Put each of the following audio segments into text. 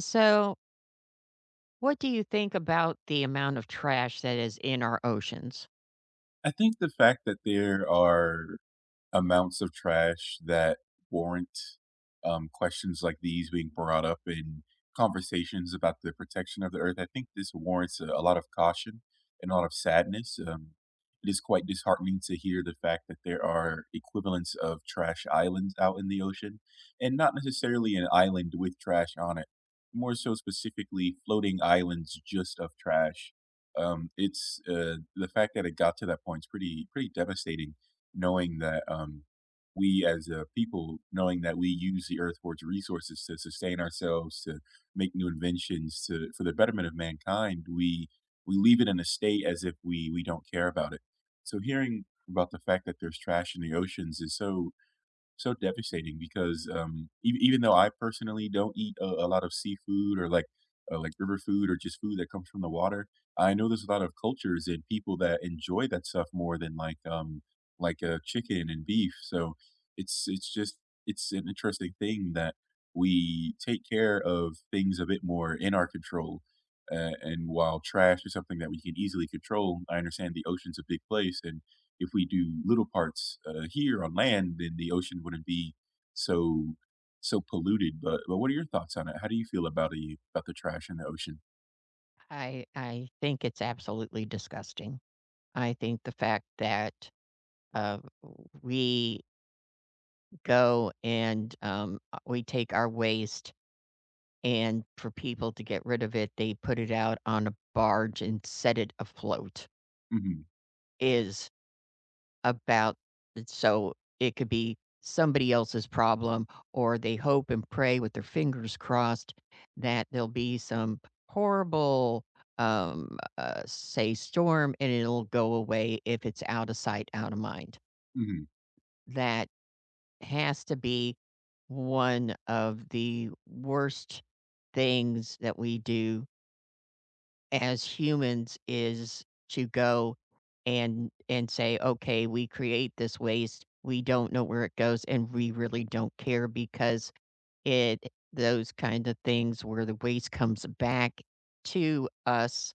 So, what do you think about the amount of trash that is in our oceans? I think the fact that there are amounts of trash that warrant questions like these being brought up in conversations about the protection of the earth. I think this warrants a lot of caution and a lot of sadness. It is quite disheartening to hear the fact that there are equivalents of trash islands out in the ocean, and not necessarily an island with trash on it, more so specifically floating islands just of trash. It's The fact that it got to that point is pretty devastating knowing that we as a people, knowing that we use the earth for its resources to sustain ourselves, to make new inventions, to for the betterment of mankind, we leave it in a state as if we don't care about it. So hearing about the fact that there's trash in the oceans is so devastating because even though I personally don't eat a lot of seafood or like river food or just food that comes from the water, I know there's a lot of cultures and people that enjoy that stuff more than chicken and beef. So it's just it's an interesting thing that we take care of things a bit more in our control. And while trash is something that we can easily control, I understand the ocean's a big place, and if we do little parts here on land, then the ocean wouldn't be so so polluted. But what are your thoughts on it? How do you feel about the trash in the ocean? I think it's absolutely disgusting. I think the fact that uh, we go and we take our waste, and for people to get rid of it, they put it out on a barge and set it afloat Hmm. is about it so it could be somebody else's problem, or they hope and pray with their fingers crossed that there'll be some horrible, say, storm, and it'll go away if it's out of sight, out of mind. Hmm. That has to be one of the worst things that we do as humans is to go and say, "Okay, we create this waste. We don't know where it goes, and we really don't care because it those kind of things where the waste comes back to us,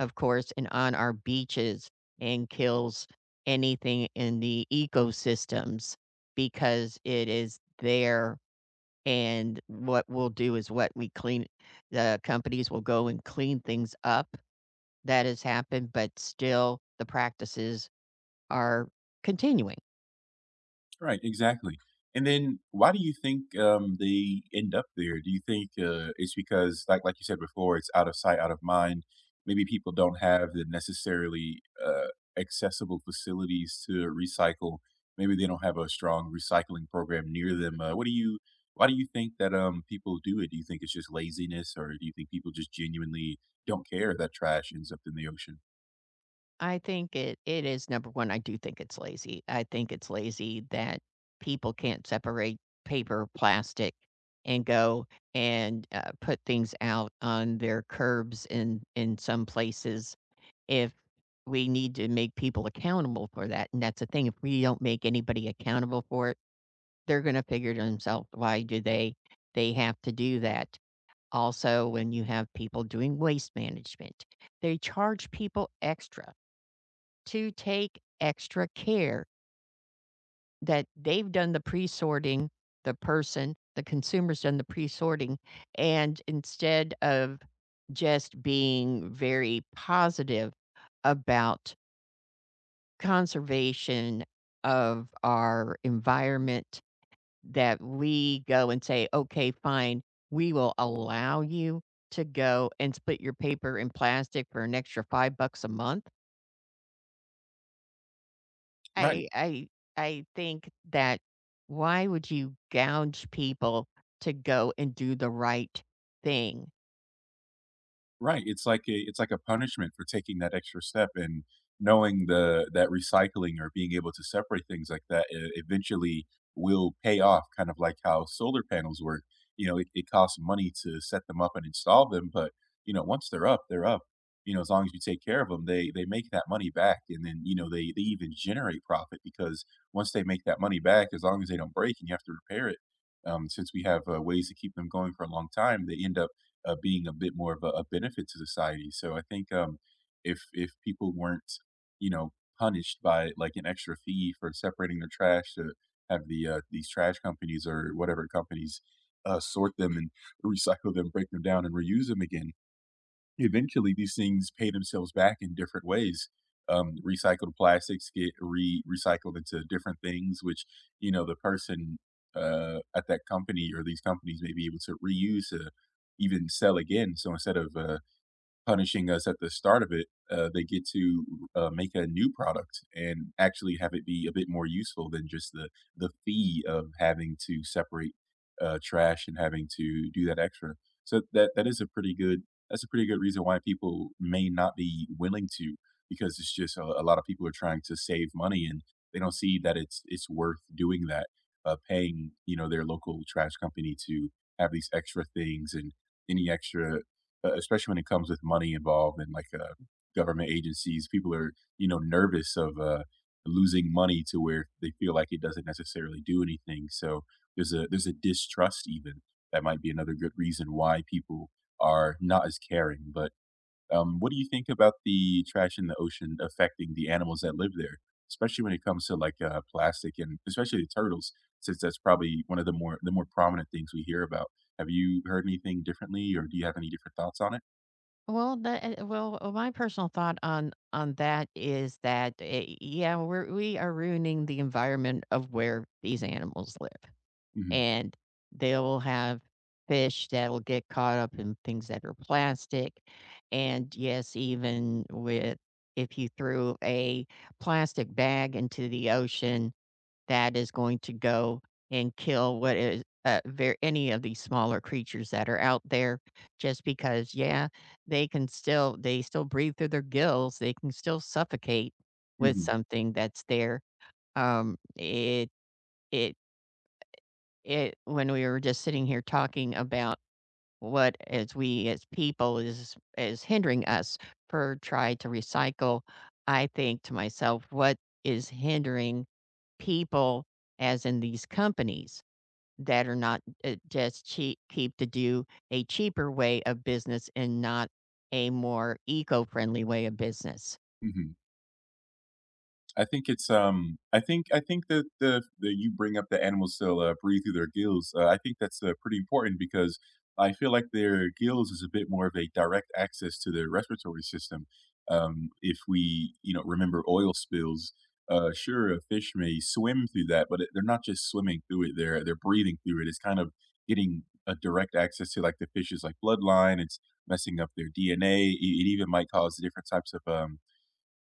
of course, and on our beaches and kills anything in the ecosystems because it is there. And what we'll do is what we clean, the companies will go and clean things up that has happened, but still the practices are continuing. Right, exactly. And then why do you think, they end up there? Do you think, it's because, like you said before, it's out of sight, out of mind? Maybe people don't have the necessarily, accessible facilities to recycle. Maybe they don't have a strong recycling program near them. What do you why do you think that, people do it? Do you think it's just laziness, or do you think people just genuinely don't care that trash ends up in the ocean? I think it is number 1, I do think it's lazy. I think it's lazy that people can't separate paper, plastic, and go and, put things out on their curbs in some places if we need to make people accountable for that, and that's the thing, if we don't make anybody accountable for it, they're gonna figure to themselves, "Why do they have to do that?" Also, when you have people doing waste management, they charge people extra to take extra care that they've done the pre-sorting, the person, the consumer's done the pre-sorting, and instead of just being very positive about conservation of our environment that we go and say, "Okay, fine, we will allow you to go and split your paper in plastic for an extra $5 a month." Right. I I I think that why would you gouge people to go and do the right thing? Right, it's like a punishment for taking that extra step and knowing the that recycling or being able to separate things like that e eventually will pay off, kind of like how solar panels work. You know, it costs money to set them up and install them, but, you know, once they're up, they're up. You know, as long as you take care of them, they make that money back, and then, you know, they even generate profit because once they make that money back, as long as they don't break and you have to repair it, since we have, ways to keep them going for a long time, they end up being a bit more of a benefit to society. So I think if people weren't, you know, punished by like an extra fee for separating their trash to have the these trash companies or whatever companies sort them and recycle them, break them down, and reuse them again, eventually, these things pay themselves back in different ways. Recycled plastics get re recycled into different things, which you know the person at that company or these companies may be able to reuse to even sell again. So instead of punishing us at the start of it, they get to, make a new product and actually have it be a bit more useful than just the fee of having to separate, trash and having to do that extra. So that is a pretty good that's a pretty good reason why people may not be willing to, because it's just a lot of people are trying to save money, and they don't see that it's worth doing that, paying, you know, their local trash company to have these extra things and any extra especially when it comes with money involved and government agencies, people are you know nervous of losing money to where they feel like it doesn't necessarily do anything. So there's a distrust even that might be another good reason why people are not as caring. But what do you think about the trash in the ocean affecting the animals that live there, especially when it comes to plastic and especially the turtles, since that's probably one of the more prominent things we hear about. Have you heard anything differently, or do you have any different thoughts on it? Well, that well, my personal thought on that is that, yeah, we are ruining the environment of where these animals live, Mhm. and they will have fish that will get caught up in things that are plastic. And yes, even with if you threw a plastic bag into the ocean, that is going to go and kill what is any of these smaller creatures that are out there just because yeah, they can still they still breathe through their gills, they can still suffocate with Mhm. something that's there. Um it it it when we were just sitting here talking about what as we as people is hindering us per try to recycle, I think to myself, what is hindering people as in these companies that are not just cheap keep to do a cheaper way of business and not a more eco-friendly way of business. Mhm. I think it's, I think that the that you bring up the animals still, breathe through their gills, I think that's, pretty important because I feel like their gills is a bit more of a direct access to their respiratory system. If we, you know, remember oil spills, sure, a fish may swim through that, but it they're not just swimming through it, they're breathing through it. It's kind of getting a direct access to, like, the fish's, like, bloodline, it's messing up their DNA, it even might cause different types of, um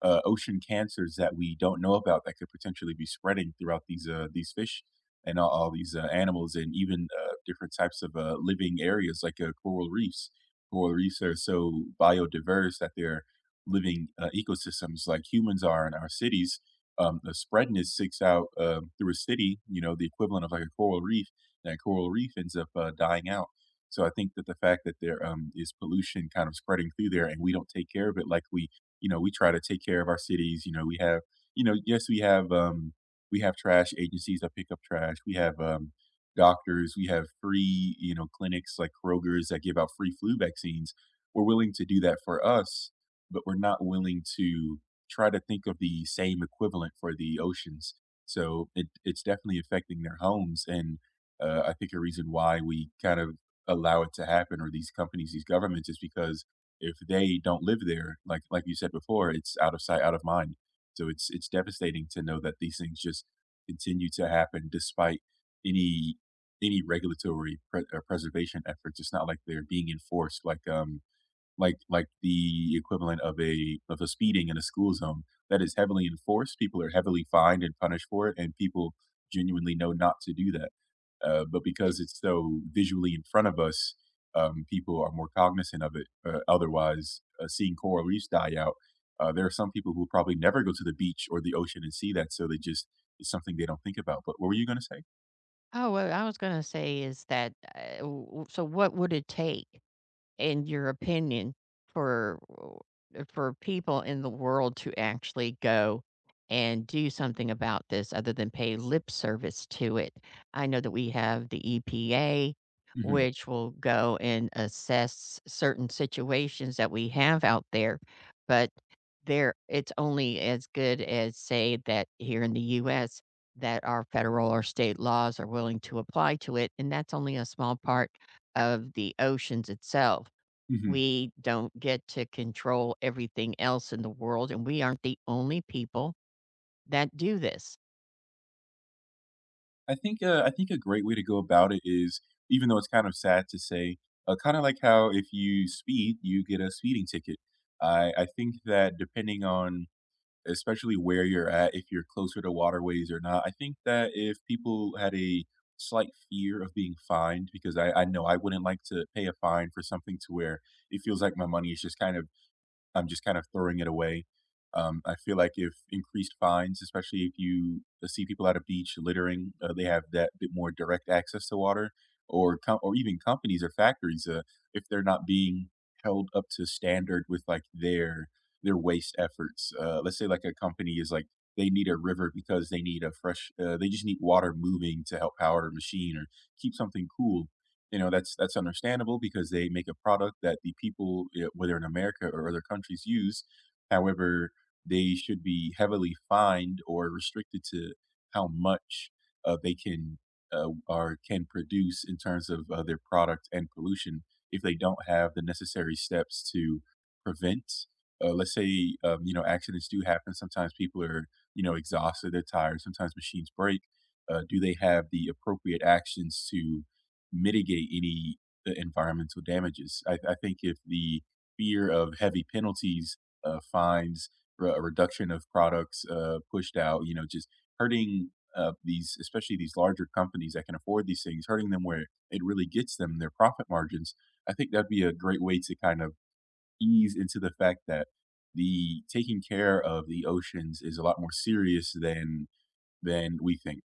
uh, ocean cancers that we don't know about that could potentially be spreading throughout these fish and all these animals and even different types of living areas like coral reefs. Coral reefs are so biodiverse that they're living ecosystems like humans are in our cities. The spreading is six out through a city, you know, the equivalent of like a coral reef. That coral reef ends up dying out. So I think that the fact that there is pollution kind of spreading through there, and we don't take care of it like we you know, we try to take care of our cities. You know, we have, you know, yes, we have trash agencies that pick up trash. We have doctors. We have free, you know, clinics like Kroger's that give out free flu vaccines. We're willing to do that for us, but we're not willing to try to think of the same equivalent for the oceans. So it's definitely affecting their homes. And I think a reason why we kind of allow it to happen, or these companies, these governments, is because if they don't live there, like you said before, it's out of sight, out of mind. So it's devastating to know that these things just continue to happen despite any any regulatory preservation efforts. It's not like they're being enforced, like the equivalent of a speeding in a school zone that is heavily enforced. People are heavily fined and punished for it, and people genuinely know not to do that. But because it's so visually in front of us, people are more cognizant of it. Otherwise, seeing coral reefs die out, there are some people who probably never go to the beach or the ocean and see that, so they just it's something they don't think about. But what were you going to say? Oh, what I was going to say is that so what would it take, in your opinion, for people in the world to actually go and do something about this other than pay lip service to it? I know that we have the EPA, Hmm. which will go and assess certain situations that we have out there, but there it's only as good as say that here in the US that our federal or state laws are willing to apply to it, and that's only a small part of the oceans itself. Hmm. We don't get to control everything else in the world, and we aren't the only people that do this. I think a great way to go about it is, even though it's kind of sad to say, kind of like how if you speed, you get a speeding ticket. I think that depending on especially where you're at, if you're closer to waterways or not, I think that if people had a slight fear of being fined, because I know I wouldn't like to pay a fine for something to where it feels like my money is just kind of I'm just kind of throwing it away. I feel like if increased fines, especially if you see people at a beach littering, they have that bit more direct access to water, or even companies or factories, if they're not being held up to standard with like their waste efforts. Let's say like a company is like they need a river because they need a fresh, they just need water moving to help power a machine or keep something cool. You know, that's understandable because they make a product that the people, eh, whether in America or other countries, use. However, they should be heavily fined or restricted to how much they can or can produce in terms of their product and pollution if they don't have the necessary steps to prevent. Let's say you know accidents do happen. Sometimes people are you know exhausted, they're tired. Sometimes machines break. Do they have the appropriate actions to mitigate any environmental damages. I think if the fear of heavy penalties, fines, a reduction of products pushed out, you know, just hurting these, especially these larger companies that can afford these things, hurting them where it really gets them their profit margins. I think that'd be a great way to kind of ease into the fact that the taking care of the oceans is a lot more serious than we think,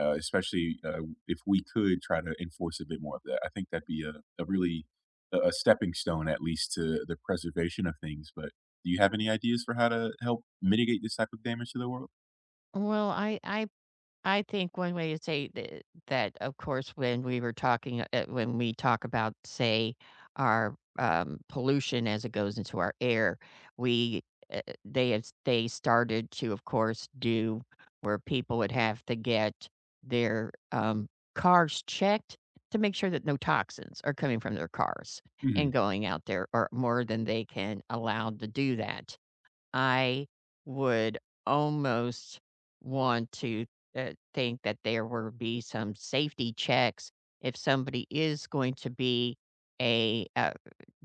especially if we could try to enforce a bit more of that. I think that'd be a really a stepping stone, at least, to the preservation of things. But do you have any ideas for how to help mitigate this type of damage to the world? Well, I think one way to say that, that of course, when we were talking, when we talk about, say, our pollution as it goes into our air, we they have they started to, of course, do where people would have to get their cars checked to make sure that no toxins are coming from their cars Hmm. and going out there, or more than they can allow to do that. I would almost want to, think that there would be some safety checks if somebody is going to be a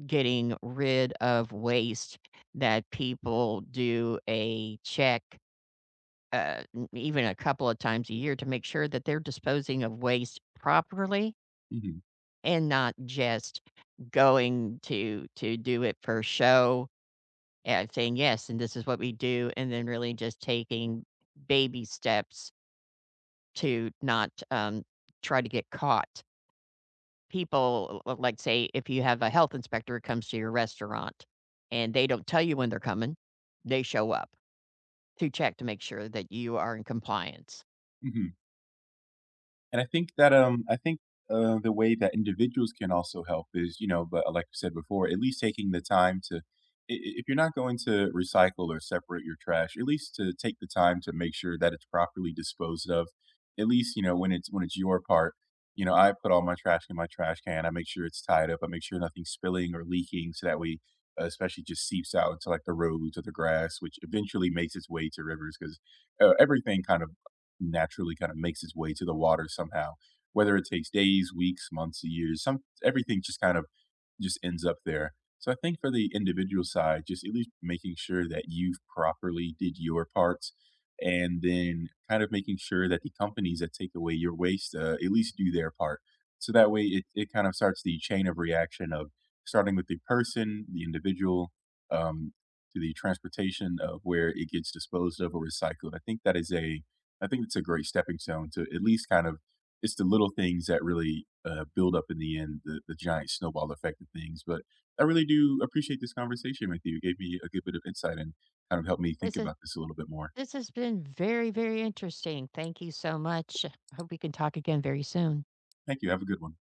getting rid of waste, that people do a check, m even a couple of times a year to make sure that they're disposing of waste properly Hmm. and not just going to do it for show, yeah, saying, "Yes, and this is what we do," and then really just taking baby steps to not, try to get caught. People, l like, say, if you have a health inspector comes to your restaurant and they don't tell you when they're coming, they show up to check to make sure that you are in compliance. Hmm. And I think that, I think, the way that individuals can also help is, you know, but like I said before, at least taking the time to, if you're not going to recycle or separate your trash, at least to take the time to make sure that it's properly disposed of. At least, you know, when it's your part, you know, I put all my trash in my trash can. I make sure it's tied up. I make sure nothing's spilling or leaking, so that way, especially just seeps out into like the roads or the grass, which eventually makes its way to rivers because everything kind of naturally kind of makes its way to the water somehow. Whether it takes days, weeks, months, years, some everything just kind of just ends up there. So I think for the individual side, just at least making sure that you've properly did your parts and then kind of making sure that the companies that take away your waste at least do their part. So that way it kind of starts the chain of reaction of starting with the person, the individual, um, to the transportation of where it gets disposed of or recycled. I think that is a I think it's a great stepping stone to at least kind of it's the little things that really build up in the end, the giant snowball effect of things. But I really do appreciate this conversation with you. It gave me a good bit of insight and kind of helped me think This is about this a little bit more. this has been very, very interesting. Thank you so much. I hope we can talk again very soon. Thank you. Have a good one.